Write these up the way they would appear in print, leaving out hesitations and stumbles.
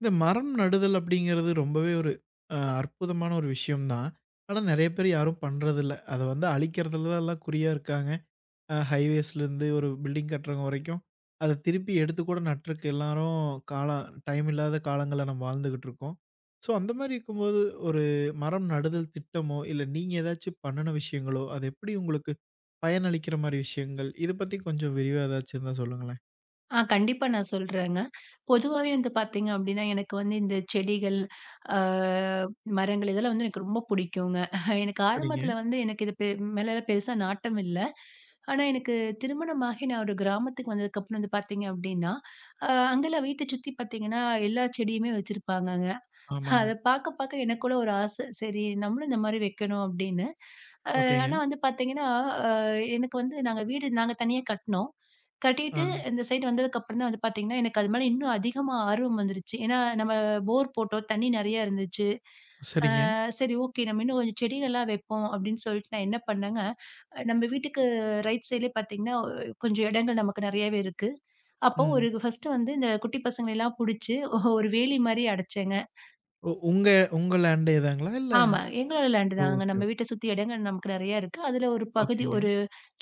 இந்த மரம் நடுதல் அப்படிங்கிறது ரொம்பவே ஒரு அற்புதமான ஒரு விஷயம் தான். ஆனா நெறைய பேர் யாரும் பண்றதில்ல. அத வந்து அழிக்கிறதுல தான் எல்லாம் குறியா இருக்காங்க. ஹைவேஸ்லேருந்து ஒரு பில்டிங் கட்டுறவங்க வரைக்கும், அத திருப்பி எடுத்து கூட நட்றக்கு எல்லாரும் காலம் டைம் இல்லாத காலங்கள்ல நம்ம வாழ்ந்துகிட்டு இருக்கோம். ஸோ அந்த மாரி இருக்கும்போது ஒரு மரம் நடுதல் திட்டமோ, இல்ல நீங்க ஏதாச்சும் பண்ணுன விஷயங்களோ, அது எப்படி உங்களுக்கு பயனளிக்கிற மாரி விஷயங்கள்? இத பத்தி கொஞ்சம் விரிவா ஏதாச்சும் இருந்தா சொல்லுங்களேன். கண்டிப்பா நான் சொல்றேங்க. பொதுவாவே வந்து பார்த்தீங்க அப்டின்னா, எனக்கு வந்து இந்த செடிகள், ஆ மரங்கள் இதெல்லாம் வந்து எனக்கு ரொம்ப புடிக்குங்க. எனக்கு சரிங்க. ஆரம்பத்துல வந்து எனக்கு இது பெ மேல பெருசா நாட்டம் இல்ல. ஆனா எனக்கு திருமணமாகி நான் ஒரு கிராமத்துக்கு வந்ததுக்கப்புறம் வந்து பார்த்தீங்க அப்டின்னா, அங்கெல்லாம் வீட்ட சுத்தி பார்த்தீங்கன்னா, எல்லா செடியுமே வச்சிருப்பாங்கங்க. ஆமாங்க. அத பாக்க, பாக்க எனக்குள்ள ஒரு ஆசை. சரி நம்மளும் இந்த மாரி வைக்கணும் அப்படின்னு. அ ஓகேங்க. ஆனா வந்து பாத்தீங்கன்னா, அ எனக்கு வந்து நாங்க வீடு நாங்க தனியா கட்டுனோம். ஆ. கட்டிட்டு இந்த சைடு வந்ததுக்கப்புறம் தான் வந்து பாத்தீங்கன்னா, எனக்கு அது மேல இன்னும் அதிகமா ஆர்வம் வந்துருச்சு. ஏன்னா நம்ம போர் போட்டோம். தண்ணி நெறையா இருந்துச்சு. அ சரிங்க. சரி ஓகே, நம்ம இன்னும் கொஞ்சம் செடிகள்லாம் வைப்போம் அப்படின்னு சொல்லிட்டு நான் என்ன பண்ணேங்க, நம்ம வீட்டுக்கு ரைட் சைட்லயே பாத்தீங்கன்னா, கொஞ்சம் இடங்கள் நமக்கு நெறையாவே இருக்கு. அப்போ ஒரு ம். ஃபர்ஸ்ட்டு வந்து இந்த குட்டி பசங்கள எல்லாம் புடிச்சு ஒரு வேலி மாரி அடைச்சேங்க. உங்க உங்க லேண்டே தாங்களா? இல்ல ஆமா. எங்களோட லேண்ட் தாங்க. ஓகே, நம்ம ஓகே. வீட்ட சுத்தி இடங்கள் நமக்கு நெறையா இருக்கு. அதுல ஒரு பகுதி ஓகேங்க. ஒரு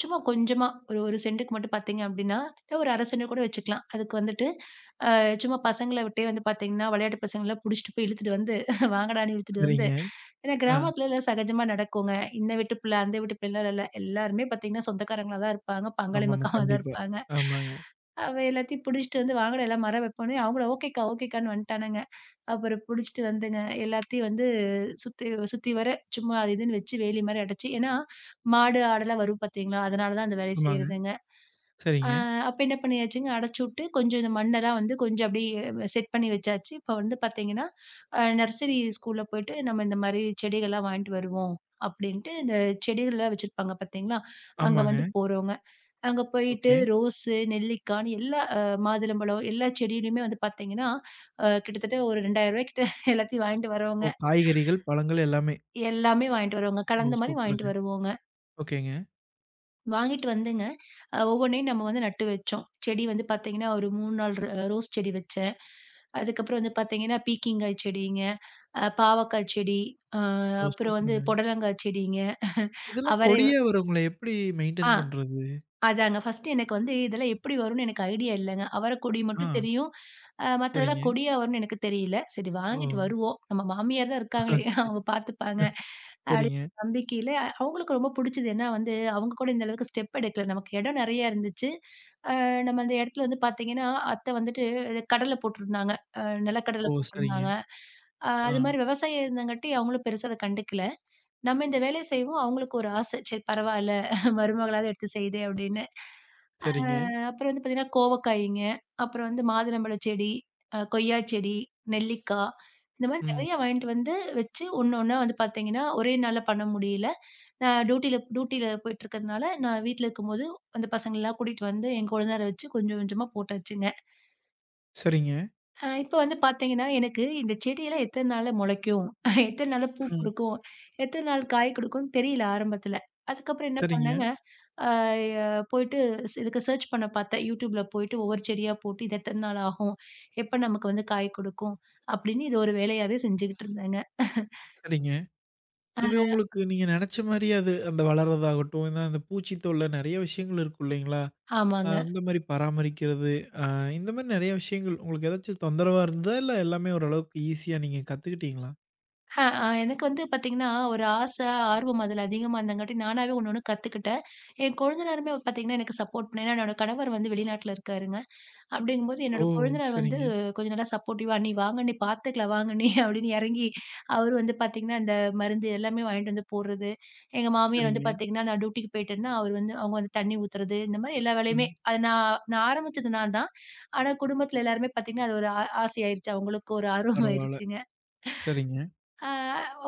சும்மா கொஞ்சமா ஒரு 1 சென்டுக்கு மட்டும் பார்த்தீங்க அப்டின்னா, ஒரு 1/2 சென்ட் கூட வச்சுக்கலாம். அதுக்கு வந்துட்டு சும்மா பசங்கள விட்டே வந்து பார்த்தீங்கன்னா, விளையாட்டு பசங்கலாம் புடிச்சிட்டு போய் இழுத்துட்டு வந்து, வாங்கடான்னு இழுத்துட்டு வந்து சரிங்க. ஏன்னா ஆ. கிராமத்துல எல்லாம் சகஜமா நடக்குங்க. இந்த வீட்டு பிள்ளை, அந்த வீட்டு பிள்ளைலாம் இல்ல. எல்லாருமே பார்த்தீங்கன்னா சொந்தக்காரங்களா தான் இருப்பாங்க. பங்காளி ஆமாமா. மக்காவா தான் கண்டிப்பா. இருப்பாங்க. ஆமாங்க. அவ எல்லாத்தையும் புடிச்சிட்டு வந்து, வாங்கடா எல்லாம் மரம் வைப்போன்னே, அவங்கள ஓகேக்கா, ஓகேக்கான்னு வந்துட்டானுங்க. அப்புறம் புடிச்சிட்டு வந்துங்க, எல்லாத்தையும் வந்து சுத்தி சுத்தி வர சும்மா அது இதுன்னு வச்சு வேலி மாரி அடைச்சு ஏன்னா மாடு, ஆடெல்லாம் வரும் பார்த்தீங்களா? அதனால தான் அந்த வேலைய ஆமாங்க. செய்றதுங்க. ஆ சரிங்க. அப்ப என்ன பண்ணியாச்சுங்க, அடைச்சுட்டு கொஞ்சம் இந்த மண்ணெல்லாம் வந்து கொஞ்சம் அப்படியே செட் பண்ணி வச்சாச்சு. இப்ப வந்து பார்த்தீங்கன்னா, அ நர்சரி ஸ்கூல்ல போயிட்டு நம்ம இந்த மாரி செடிகள்லாம் வாங்கிட்டு வருவோம் அப்படின்ட்டு, இந்த செடிகள்லாம் வச்சிருப்பாங்க பார்த்தீங்களா? அங்க வந்து ஆமாங்க. போறவங்க. அங்க போயிட்டு ஓகே. ரோஸு, நெல்லிக்கான்னு எல்லா அ மாதுளம்பழம் எல்லா செடியிலயுமே வந்து பார்த்தீங்கன்னா, அ கிட்டத்தட்ட ஒரு ரூ. 2000 கிட்ட எல்லாத்தையும் வாங்கிட்டு வரோங்க. ஓ காய்கறிகள், பழங்கள் எல்லாமே. எல்லாமே வாங்கிட்டு வருவோங்க. ஓ கலந்த மாரி சூப்பருங்க. வாங்கிட்டு வருவோங்க. ஓகேங்க. வாங்கிட்டு வந்துங்க. அ ஒவ்வொன்னையும் நம்ம வந்து நட்டு வச்சோம். செடி வந்து பார்த்தீங்கன்னா, ஒரு 3, 4 ரோஸ் செடி வச்சேன். அதுக்கப்புறம் வந்து பார்த்தீங்கன்னா, பீர்க்கங்காய் செடிங்க, அ பாவக்காய் செடி, அ ஓ அப்புறம் வந்து சூப்பருங்க. புடலங்காய் செடிங்க, இதெல்லாம் அவரை. கொடியா வருங்களே! எப்படி ஆ. மெயின்டெயின் பண்றது? அதாங்க. ஃபர்ஸ்ட்டு எனக்கு வந்து இதெல்லாம் எப்படி வரும்னு எனக்கு ஐடியா இல்லங்க. அவரக்கொடி ஆ. மட்டும் தெரியும். அ மத்ததெல்லாம் சரிங்க. கொடியா வரும்னு எனக்கு தெரியல. சரி ஓ! வாங்கிட்டு வருவோம். நம்ம மாமியார் தான் இருக்காங்களே சரி. அவங்க பார்த்துப்பாங்க. அப்டின்னு சரிங்க. நம்பிக்கையில அவங்களுக்கு ரொம்ப புடிச்சது. ஏன்னா வந்து அவங்க கூட இந்த அளவுக்கு ஸ்டெப் எடுக்கல. நமக்கு இடம் நெறையா இருந்துச்சு. அ நம்ம அந்த இடத்துல வந்து பார்த்தீங்கன்னா, அத்தை வந்துட்டு கடல போட்டிருந்தாங்க. அ ஓ நிலக்கடல சரிங்க. போட்டிருந்தாங்க. அ ஆ. அது மாரி விவசாயம் இருந்தங்காட்டி அவங்களும் பெருசா அத கண்டுக்கல. நம்ம இந்த வேலைய செய்வோம். அவங்களுக்கு ஒரு ஆசை. சரி பரவால்ல மருமகளாவது எடுத்து செய்யுதே! அப்படின்னு. சரிங்க. அப்புறம் வந்து பார்த்தீங்கன்னா, கோவக்காய்ங்க, அப்புறம் வந்து மாதுளம்பழச் செடி, அ கொய்யா செடி, நெல்லிக்கா, இந்த மாரி ம். நெறைய வாங்கிட்டு வந்து வச்சு ஒண்ணு ஒண்ணா வந்து பார்த்தீங்கன்னா, ஒரே நாள்ல பண்ண முடியல. நான் டியூட்டில டியூட்டில போயிட்டு இருக்கிறதுனால, நான் வீட்ல இருக்கும்போது அந்த பசங்களலாம் கூட்டிட்டு வந்து என் கொழுந்தனார வச்சு கொஞ்சம் கொஞ்சமா போட்டாச்சுங்க. சரிங்க. அ இப்ப வந்து பார்த்தீங்கன்னா, எனக்கு இந்த செடியெல்லாம் எத்தன நாள்ல மொளைக்கும்? எத்தன நாள்ல பூ ம். குடுக்கும்? எத்தன நாள் காய் குடுக்கும்னு தெரியல ஆரம்பத்துல. அதுக்கப்புறம் என்ன சரிங்க, பண்ணேங்க அ ய போயிட்டு இதுக்கு சர்ச் பண்ண பார்த்தேன். YouTubeல போயிட்டு ஒவ்வொரு செடியா போட்டு இது எத்தன நாள் ஆகும்? எப்ப நமக்கு வந்து காய் கொடுக்கும்? அப்படின்னு இது ஒரு வேலையாவே செஞ்சுகிட்டு இருந்தேங்க. சரிங்க. அ இது உங்களுக்கு நீங்க நெனச்ச மாரியே அது அந்த வளர்றதாகட்டும், ஏன்னா அந்த பூச்சி தொல்ல நெறைய விஷயங்கள் இருக்கும் இல்லைங்களா? ஆமாங்க. அந்த மாரி பராமரிக்கிறது, அ இந்த மாரி நெறைய விஷயங்கள் உங்களுக்கு ஏதாச்சும் தொந்தரவா இருந்ததா? இல்ல எல்லாமே ஓரளவுக்கு ஈஸியா நீங்க கத்துக்கிட்டீங்களா? அ அ எனக்கு வந்து பார்த்தீங்கன்னா, ஒரு ஆசை, ஆர்வம் அதுல அதிகமா இருந்தங்காட்டி நானாவே ஒண்ணு ஒண்ணு கத்துக்கிட்டேன். என் கொழுந்தனாருமே பார்த்தீங்கன்னா, எனக்கு சப்போர்ட் பண்ண ஏன்னா என்னோட கணவர் வந்து வெளிநாட்டுல இருக்காருங்க. அப்படிங்கும்போது ஓ! என்னோட கொழுந்தனார் வந்து சரிங்க. கொஞ்சம் நல்லா சப்போர்ட்டிவா, "நீ வாங்கண்ணி, பாத்துக்கலாம் வாங்கண்ணி" அப்படின்னு எறங்கி அவரு வந்து பாத்தீங்கன்னா, இந்த மருந்து எல்லாமே வாங்கிட்டு வந்து போடுறது. எங்க மாமியார் வந்து சரிங்க. பாத்தீங்கன்னா, நான் டியூட்டிக்கு போயிட்டேன்னா, அவரு வந்து அவங்க வந்து தண்ணி ஊத்துறது, இந்த மாரி எல்லா வேலையுமே ம். அது நான் நான் ஆரம்பிச்சது நான் தான். ஆனா குடும்பத்துல எல்லாருமே பாத்தீங்கன்னா, அது ஒரு ஆசை ஆயிருச்சு. அவங்களுக்கும் ஒரு ஆர்வம் பரவால்ல. ஆயிருச்சுங்க. சரிங்க. ஆ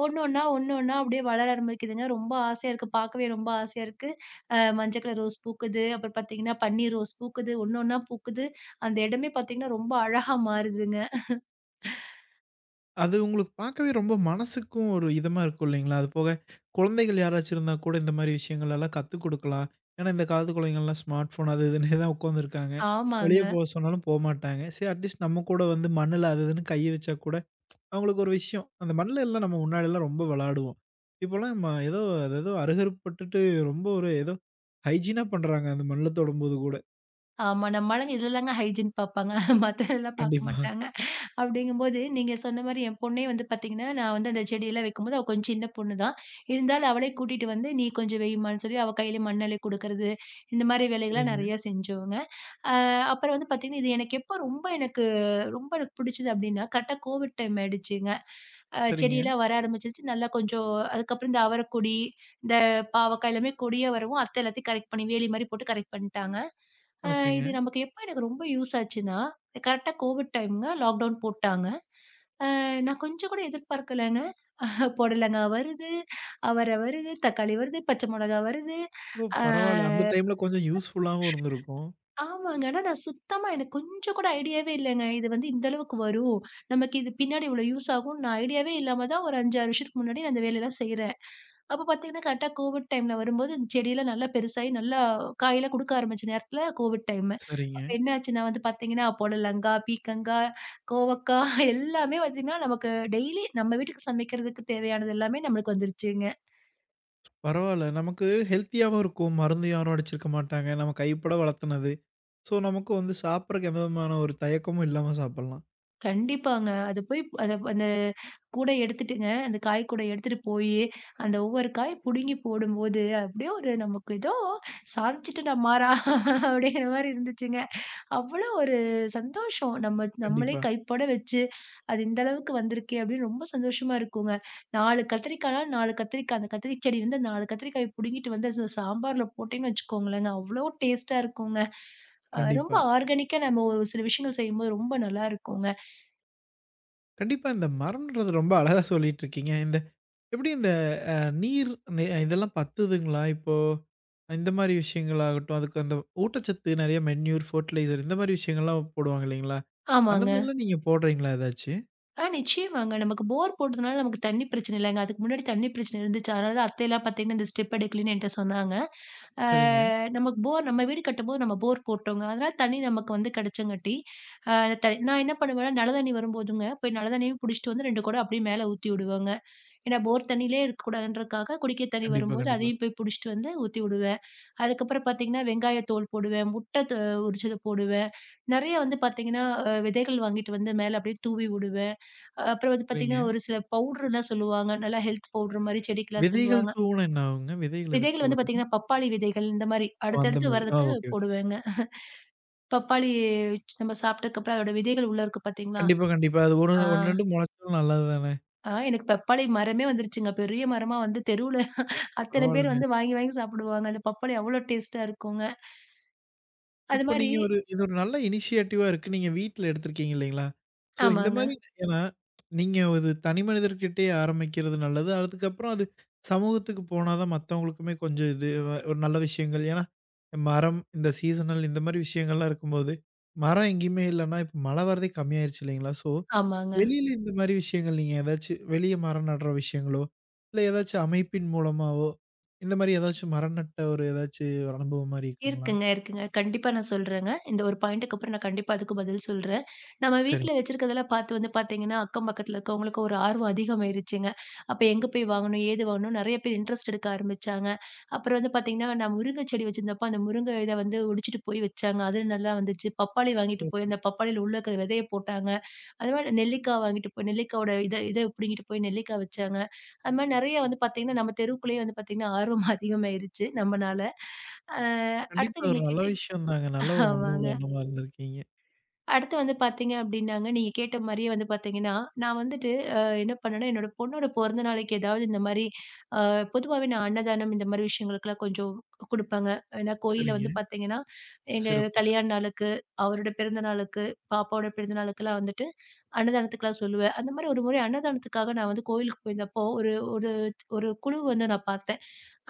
ஒண்ணு ஒண்ணா, ஒண்ணு ஒண்ணா அப்படியே வளர ஆரம்பிக்குதுங்க. ரொம்ப ஆசையா இருக்கு. பார்க்கவே ரொம்ப ஆசையா இருக்கு. அ மஞ்ச கலர் ரோஸ் பூக்குது. அப்புறம் பார்த்தீங்கன்னா, பன்னீர் ரோஸ் பூக்குது. ஒண்ணு ஒண்ணா பூக்குது. அந்த இடமே பார்த்தீங்கன்னா, ரொம்ப அழகா மாறுதுங்க. அது உங்களுக்கு பார்க்கவே ரொம்ப மனசுக்கும் ஒரு இதமா இருக்கும் இல்லைங்களா? அது போக குழந்தைகள் யாராச்சும் இருந்தா கூட இந்த மாரி விஷயங்கள் எல்லாம் கத்துக் குடுக்கலாம். ஏன்னா, இந்த காலத்து குழந்தைங்கள்லாம் ஸ்மார்ட் ஃபோன் அது இதுன்னே தான் உட்காந்துருக்காங்க. வெளிய ஆமாங்க. போ சொன்னாலும் போமாட்டாங்க. சரி அட்லீஸ்ட் நம்ம கூட வந்து மண்ணுல அது இதுன்னு கைய வச்சா கூட அவங்களுக்கு ஒரு விஷயம். அந்த மண்ல எல்லாம் நம்ம முன்னாடிலாம் ரொம்ப விளையாடுவோம். இப்போலாம் நம்ம ஏதோ அது ஏதோ அருகருப்பட்டுட்டு ரொம்ப ஒரு ஏதோ ஹைஜீனா பண்றாங்க அந்த மண்ல தொடும்போது கூட. ஆமா. நம்மாளுங்க இதுலதாங்க ஹைஜீன் பார்ப்பாங்க. மத்ததெல்லாம் பார்க்க கண்டிப்பா. மாட்டாங்க. அப்படிங்கும்போது, நீங்க சொன்ன மாரி என் பொண்ணே வந்து பார்த்தீங்கன்னா, நான் வந்து அந்த செடியெல்லாம் வைக்கும்போது, அவ கொஞ்சம் சின்ன பொண்ணு தான். இருந்தாலும் அவளே கூட்டிட்டு வந்து, "நீ கொஞ்சம் வைம்மான்னு" சொல்லி அவ கையில மண் அள்ளி குடுக்கறது, இந்த மாரி வேலைகள்லாம் சரிங்க, நெறைய செஞ்சோங்க. அ அப்புறம் வந்து பார்த்தீங்கன்னா, இது எனக்கு எப்போ ரொம்ப எனக்கு ரொம்ப எனக்கு பிடிச்சது அப்டின்னா, கரெக்ட்டா கோவிட் டைம் ஆயிடுச்சுங்க. அ சரிங்க. செடியெல்லாம் வர ஆரம்பிச்சுருச்சு. நல்லா கொஞ்சம் அதுக்கப்புறம் இந்த அவரக்கொடி, இந்த பாவக்காய் எல்லாமே கொடியா வரவும், அத்தை எல்லாத்தையும் கரெக்ட் பண்ணி வேலி மாரி போட்டு கரெக்ட் பண்ணிட்டாங்க. அ இது ஓகேங்க. நமக்கு எப்போ எனக்கு ரொம்ப யூஸ் ஆச்சுன்னா, கரெக்ட்டா கோவிட் டைம்ங்க லாக்டவுன் போட்டாங்க. அ நான் கொஞ்சம் கூட எதிர்பார்க்கலங்க. புடலங்காய் வருது, அவரை வருது, தக்காளி வருது, பச்சை மிளகாய் வருது. ஓ! அ பரவால்ல. அந்த டைம்ல கொஞ்சம் யூஸ்ஃபுல்லாவும் இருந்திருக்கும். ஆமாங்க. ஆனா நான் சுத்தமா எனக்கு கொஞ்சம் கூட ஐடியாவே இல்லங்க. இது வந்து இந்த அளவுக்கு வரும். நமக்கு இது பின்னாடி இவ்வளோ யூஸ் ஆகும்னு நான் ஐடியாவே இல்லாம தான் ஒரு 5, 6 வருஷத்துக்கு முன்னாடி நான் அந்த வேலையெல்லாம் செய்றேன். அப்ப பார்த்தீங்கன்னா, கரெக்ட்டா கோவிட் டைம்ல வரும்போது இந்த செடியெல்லாம் நல்லா பெருசாகி நல்லா காயெல்லாம் குடுக்க ஆரம்பிச்ச நேரத்துல கோவிட் டைமு. சரிங்க. அப்ப என்ன ஆச்சுன்னா வந்து பார்த்தீங்கன்னா, புடலங்கா, பீர்க்கங்கா, கோவக்கா எல்லாமே பார்த்தீங்கன்னா, நமக்கு டெய்லி நம்ம வீட்டுக்கு சமைக்கிறதுக்கு தேவையானது எல்லாமே நம்மளுக்கு வந்துருச்சுங்க. பரவால்ல. நமக்கு ஹெல்த்தியாவும் இருக்கும். மருந்து யாரும் அடிச்சிருக்க மாட்டாங்க. நம்ம கைப்பட வளர்த்துனது. ஸோ நமக்கு வந்து சாப்பிடறக்கு எந்த விதமான ஒரு தயக்கமும் இல்லாம சாப்பிடலாம். கண்டிப்பாங்க. அது போய் அத அந்த கூடை எடுத்துட்டுங்க, அந்த காய் கூடை எடுத்துட்டு போயி, அந்த ஒவ்வொரு காய் புடுங்கி போடும்போது, அப்படியே ஒரு நமக்கு ஏதோ சாதிச்சுட்டடா மாறா அப்படிங்கிற மாரி இருந்துச்சுங்க. அவ்வளோ ஒரு சந்தோஷம். நம்ம நம்மளே கண்டிப்பா, கைப்பட வச்சு, அது இந்த அளவுக்கு வந்திருக்கே அப்படின்னு ரொம்ப சந்தோஷமா இருக்குங்க. 4 கத்திரிக்காய்னா 4 கத்திரிக்காய், அந்த கத்திரி செடி வந்து 4 கத்திரிக்காய் புடுங்கிட்டு வந்து சாம்பார்ல போட்டேன்னு வச்சுக்கோங்களேங்க, அவ்வளோ டேஸ்ட்டா இருக்குங்க. அ ரொம்ப கண்டிப்பா. ஆர்கானிக்கா நம்ம ஒரு சில விஷயங்கள் செய்யும்போது ரொம்ப நல்லா இருக்குங்க. கண்டிப்பா இந்த மரம்ன்றது ரொம்ப அழகா சொல்லிட்டு இருக்கீங்க. இந்த எப்படி நீர் இதெல்லாம் பத்துதுங்களா? இப்போ இந்த மாரி விஷயங்களாகட்டும், அதுக்கு அந்த ஊட்டச்சத்து நெறைய மென்யூர், ஃபர்டிலைசர் இந்த மாரி விஷயங்கள்லாம் போடுவாங்க இல்லைங்களா? அந்த ஆமாங்க. மாரிலாம் நீங்க போடுறீங்களா ஏதாச்சு? ஆ நிச்சயமாங்க. நமக்கு போர் போட்டதுனால நமக்கு தண்ணி பிரச்சனை இல்லங்க. அதுக்கு முன்னாடி தண்ணி பிரச்சனை இருந்துச்சு. அதனால தான் அத்தைலாம் பார்த்தீங்கன்னா, இந்த ஸ்டெப் எடுக்கலன்னு என்ட்ட சொன்னாங்க. ஆ சரிங்க. நமக்கு போர் நம்ம வீடு கட்டும்போது நம்ம போர் போட்டோங்க. அதனால தண்ணி நமக்கு வந்து கிடைச்சங்காட்டி, ஆ நான் என்ன பண்ணுவேன்னா, நல்ல தண்ணி வரும்போதுங்க, போய் நல்ல தண்ணியும் புடிச்சிட்டு வந்து 2 குடம் அப்படியே மேல ஊத்தி விடுவேங்க. ஏன்னா போர் தண்ணியிலே இருக்கக்கூடாதுன்றதுக்காக குடிக்க தண்ணி கண்டிப்பா, வரும்போது கண்டிப்பா. அதையும் போய் புடிச்சிட்டு வந்து ஊத்தி விடுவேன். அதுக்கப்புறம் பார்த்தீங்கன்னா, வெங்காய தோல் போடுவேன். முட்டை த உரிச்சத போடுவேன். நெறைய வந்து பார்த்தீங்கன்னா, அ விதைகள் வாங்கிட்டு வந்து மேல அப்படியே தூவி விடுவேன். அப்புறம் வந்து சரிங்க. பார்த்தீங்கன்னா, ஒரு சில பவுடர்லாம் சொல்லுவாங்க. நல்லா ஹெல்த் பவுடர் மாரி செடிக்கெல்லாம் விதைகள் சொல்லுவாங்க. தூவுனா என்ன ஆகுங்க? விதைகள் எதுக்கு விதைகள் வந்து தூவுறீங்க? பார்த்தீங்கன்னா, பப்பாளி விதைகள் இந்த மாரி ஓ! அந்த அடுத்தடுத்து மாரி. ஆ வர்றதுக்கு ஓகே, ஓகே. போடுவேங்க. பப்பாளி நம்ம சாப்பிட்டதுக்கப்புறம் அதோட விதைகள் உள்ள இருக்கு பார்த்தீங்களா? கண்டிப்பா, கண்டிப்பா. அது 1, ஆ, 1, 2 மொளச்சாலும் நல்லது தானே! ஆ எனக்கு பப்பாளி மரமே வந்துருச்சுங்க. பெரிய மரமா வந்து தெருவுல அத்தன பேர் பரவால்லங்க. வந்து வாங்கி, வாங்கி சாப்பிடுவாங்க. அந்த பப்படம் எவ்வளோ டேஸ்ட்டா இருக்குங்க. அது இப்போ மாரி. நீங்க ஒரு இது ஒரு நல்ல இனிஷியேட்டிவா இருக்கு. நீங்க வீட்ல எடுத்திருக்கீங்க இல்லைங்களா? ஸோ இந்த ஆமாங்க, மாரி ஏன்னா, நீங்க ஒரு தனி மனிதர்கிட்டயே ஆரம்பிக்கிறது நல்லது. அதுக்கப்புறம் அது சமூகத்துக்கு போனா தான் மத்தவங்களுக்குமே கொஞ்சம் இது ஒரு நல்ல விஷயங்கள். ஏன்னா, மரம், இந்த சீசனல் இந்த மாரி விஷயங்கள்லாம் இருக்கும்போது, மரம் எங்கேயுமே இல்லன்னா, இப்போ மழை வரதே கம்மியாயிருச்சு இல்லைங்களா? ஸோ ஆமாங்க. வெளியில இந்த மாரி விஷயங்கள் நீங்க ஏதாச்சும் வெளிய மரம் நடுற விஷயங்களோ, இல்ல ஏதாச்சும் அமைப்பின் மூலமாவோ, இந்த மாரி ஏதாச்சும் மரம் நட்ட ஒரு ஏதாச்சும் ஒரு அனுபவம் மாரி இருக்குங்களா? இருக்குங்க, இருக்குங்க. கண்டிப்பா நான் சொல்றேங்க. இந்த ஒரு பாயிண்ட்டுக்கு அப்புறம் நான் கண்டிப்பா அதுக்கு பதில் சொல்றேன். நம்ம வீட்ல சரிங்க. வச்சிருக்கிறதெல்லாம் பார்த்து வந்து பார்த்தீங்கன்னா, அக்கம் பக்கத்துல இருக்கவங்களுக்கு ஒரு ஆர்வம் அதிகமாயிருச்சுங்க. அப்ப எங்க போய் வாங்கணும்? ஏது வாங்கணும்? நெறைய பேர் இன்ட்ரெஸ்ட் எடுக்க ஆரம்பிச்சாங்க. அப்புறம் வந்து பார்த்தீங்கன்னா, நான் முருங்கை செடி வச்சிருந்தப்போ, அந்த முருங்கை இத வந்து ஒடிச்சிட்டு போய் வச்சாங்க. அது நல்லா வந்துச்சு. பப்பாளி வாங்கிட்டு போய் அந்த பப்பாளியில உள்ள இருக்கிற விதைய போட்டாங்க. அது மாரி நெல்லிக்காய் வாங்கிட்டு போய் நெல்லிக்காயோட இத இத பிடுங்கிட்டு போய் நெல்லிக்காய் வச்சாங்க. அது மாரி நெறைய வந்து பார்த்தீங்கன்னா, நம்ம தெருவுக்குள்ளேயே வந்து பார்த்தீங்கன்னா, ஆர்வம் அதிகமாயிருச்சு நம்மனால. அ கண்டிப்பா. அடுத்து அது நீங்க ஒரு நல்ல கேட்ட விஷயம் தாங்க. நல்ல ஒரு ஆமாங்க. முன்னுதாரணமா இருந்திருக்கீங்க. அடுத்து வந்து பார்த்தீங்க அப்டின்னாங்க, நீங்க கேட்ட மாரியே வந்து பார்த்தீங்கன்னா, நான் வந்துட்டு அ என்ன பண்ணேன்னா, என்னோட பொண்ணோட பொறந்த நாளைக்கு ஏதாவது இந்த மாரி அ பொதுவாவே நான் அன்னதானம் இந்த மாரி விஷயங்களுக்கெல்லாம் கொஞ்சம் குடுப்பேங்க. ஏன்னா கோயில்ல வந்து சரிங்க. பார்த்தீங்கன்னா, எங்க சிறப்பு, கல்யாண சிறப்பு. நாளுக்கு, அவரோட பிறந்த நாளுக்கு, பாப்பாவோட பிறந்த நாளுக்கெல்லாம் வந்துட்டு அன்னதானத்துக்குலாம் சொல்லுவேன். அந்த மாரி ஒரு முறை அன்னதானத்துக்காக நான் வந்து கோயிலுக்கு போயிருந்தப்போ, ஒரு ஒரு ஒரு குழு வந்து நான் பார்த்தேன்.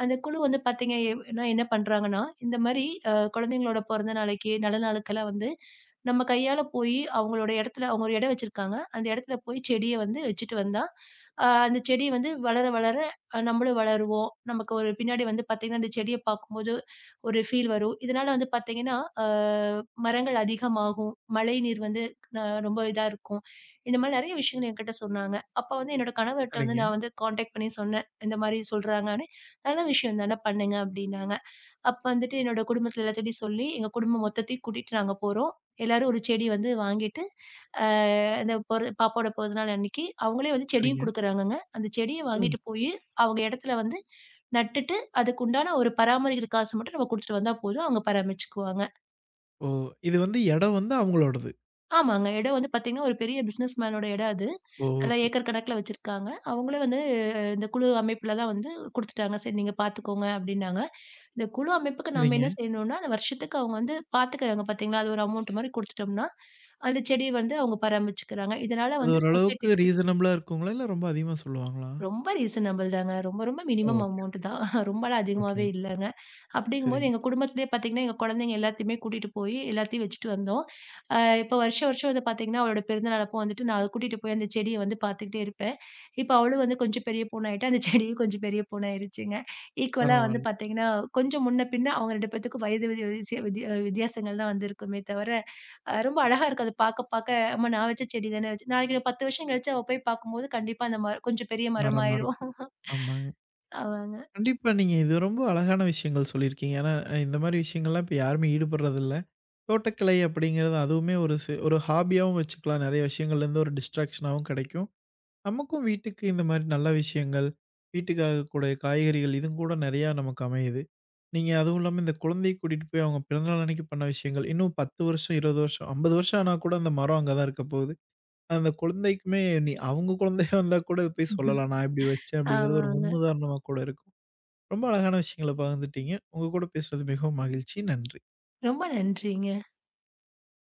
அந்த குழு வந்து பார்த்தீங்கன்னா என்ன பண்றாங்கன்னா, இந்த மாரி அ குழந்தைங்களோட பொறந்த நாளைக்கு, நல்ல நாளுக்கெல்லாம் வந்து நம்ம கையால போயி அவங்களோட இடத்துல அவங்க ஒரு இடம் வச்சிருக்காங்க. அந்த இடத்துல போய் செடிய வந்து வச்சுட்டு வந்தா, அ அந்த செடி வந்து வளர, வளர அ நம்மளும் வளருவோம். நமக்கு ஒரு பின்னாடி வந்து பார்த்தீங்கன்னா, அந்த செடிய பார்க்கும்போது ஒரு ஃபீல் வரும். இதனால வந்து பார்த்தீங்கன்னா, அ மரங்கள் அதிகமாகும். மழைநீர் வந்து அ ரொம்ப இதா இருக்கும். இந்த மாரி நெறைய விஷயங்கள் என்கிட்ட சொன்னாங்க. அப்ப வந்து என்னோட கணவர்ட்ட வந்து சரிங்க, நான் வந்து கான்டாக்ட் பண்ணி சொன்னேன். இந்த மாரி சொல்றாங்கன்னு. நல்ல விஷயம் தானே பண்ணுங்க அப்டின்னாங்க. அப்ப வந்துட்டு என்னோட குடும்பத்துல எல்லாத்துட்டயும் சொல்லி, எங்க குடும்பம் மொத்தத்தையும் கூட்டிட்டு நாங்க போறோம். எல்லாரும் ஒரு செடி வந்து வாங்கிட்டு, அ அந்த பொற பாப்பாவோட பிறந்த நாள் அன்னைக்கு அவங்களே வந்து செடியும் சரிங்க. குடுக்குறாங்கங்க. அந்த செடிய ம். வாங்கிட்டு போயி, அவங்க இடத்துல வந்து நட்டுட்டு, அதுக்கு உண்டான ஒரு பராமரிக்கிற காசு மட்டும் நம்ம குடுத்துட்டு வந்தா போதும். அவங்க பராமரிச்சுக்குவாங்க. ஓ! இது வந்து இடம் வந்து அவங்களோடது. ஆமாங்க. இடம் வந்து பார்த்தீங்கன்னா, ஒரு பெரிய பிசினஸ் மேனோட இடம் அது. ஓ நல்லா ஓகே. ஏக்கர் கணக்குல வச்சிருக்காங்க. அவங்களே வந்து இந்த குழு அமைப்புல தான் வந்து குடுத்துட்டாங்க. "சரி நீங்க பார்த்துக்கோங்க" அப்டின்னாங்க. இந்த குழு அமைப்புக்கு நம்ம சரிங்க. என்ன செய்யணும்னா, அந்த வருஷத்துக்கு அவங்க வந்து பார்த்துக்கிறாங்க பார்த்தீங்களா? அது ஒரு அமௌண்ட் மாரி குடுத்துட்டோம்னா, அந்த செடிய வந்து அவங்க பராமரிச்சுக்கிறாங்க. இதனால அது வந்து ஓரளவுக்கு சொசைட்டிக்கு ரீசனபிளா இருக்குங்களா? இல்ல ரொம்ப அதிகமா சொல்லுவாங்களா? ரொம்ப ரீசனபிள் தாங்க. ரொம்ப, ரொம்ப மினிமம் ஓகே, ஓகே. அமௌண்ட் தான். ரொம்பலாம் அதிகமாவே ஓகேங்க. இல்லங்க. அப்படிங்கும்போது சரிங்க. எங்க குடும்பத்திலேயே பார்த்தீங்கன்னா, எங்க குழந்தைங்க எல்லாத்தையுமே கூட்டிட்டு போய் எல்லாத்தையும் வச்சுட்டு வந்தோம். அ இப்போ வருஷம் வருஷம் வந்து பார்த்தீங்கன்னா, அவளோட பிறந்தநாள் அப்போ வந்துட்டு நான் அதை கூட்டிட்டு போய் அந்த செடிய வந்து பார்த்துக்கிட்டே இருப்பேன். இப்போ அவளும் வந்து கொஞ்சம் பெரிய பொண்ணாயிட்டா, அந்த செடியும் கொஞ்சம் பெரிய பொண்ணாயிருச்சுங்க. ஈக்குவலா வந்து பரவால்ல. பார்த்தீங்கன்னா, கொஞ்சம் முன்ன பின்ன அவங்க 2 பேத்துக்கும் வயது வித்தியாச வித்தியாசங்கள் தான் வந்து இருக்குமே தவிர, அ ரொம்ப அழகா இருக்கு அது பாக்க பாக்க, "ஆமா நான் வச்ச செடி தானே" வச்சு நாளைக்கு நான் 10 வருஷம் கழிச்சு அவ போய் பாக்கும்போது, கண்டிப்பா அந்த மரம் கொஞ்சம் பெரிய மரமா மரமாயிரும். இருக்கும். ஆமாங்க. கண்டிப்பா நீங்க இது ரொம்ப அழகான விஷயங்கள் சொல்லியிருக்கீங்க. ஏன்னா, இந்த மாரி விஷயங்கள்லாம் இப்ப யாருமே ஈடுபடுறதில்ல. தோட்டக்கலை அப்படிங்கிறது அதுவுமே ஒரு ஒரு ஹாபியாவும் வச்சுக்கலாம். நெறைய விஷயங்கள்லேருந்து ஒரு டிஸ்ட்ராக்ஷனாவும் கெடைக்கும். நமக்கும் வீட்டுக்கு இந்த மாரி நல்ல விஷயங்கள், வீட்டுக்காக கூடிய காய்கறிகள் இதுவும் கூட நெறையா நமக்கு அமையுது. நீங்க அதுவும் இல்லாம இந்த குழந்தைய கூட்டிட்டு போய் அவங்க பிறந்தநாள் அன்னைக்கு பண்ண விஷயங்கள், இன்னும் 10 வருஷம், 20 வருஷம், 50 வருஷம் ஆனா கூட அந்த மரம் அங்க தான் இருக்க போகுது. அந்த குழந்தைக்குமே நீ அவங்க குழந்தையா வந்தா கூட இத போய் சொல்லலாம். நான் இப்படி வச்சேன் அப்படிங்கிறது ஒரு ஆமாங்க. ஆமாங்க. முன்னுதாரணமா கூட இருக்கும். ரொம்ப அழகான விஷயங்கள பகிர்ந்துட்டீங்க. உங்க கூட பேசுனது மிகவும் மகிழ்ச்சி. நன்றி. ரொம்ப நன்றிங்க.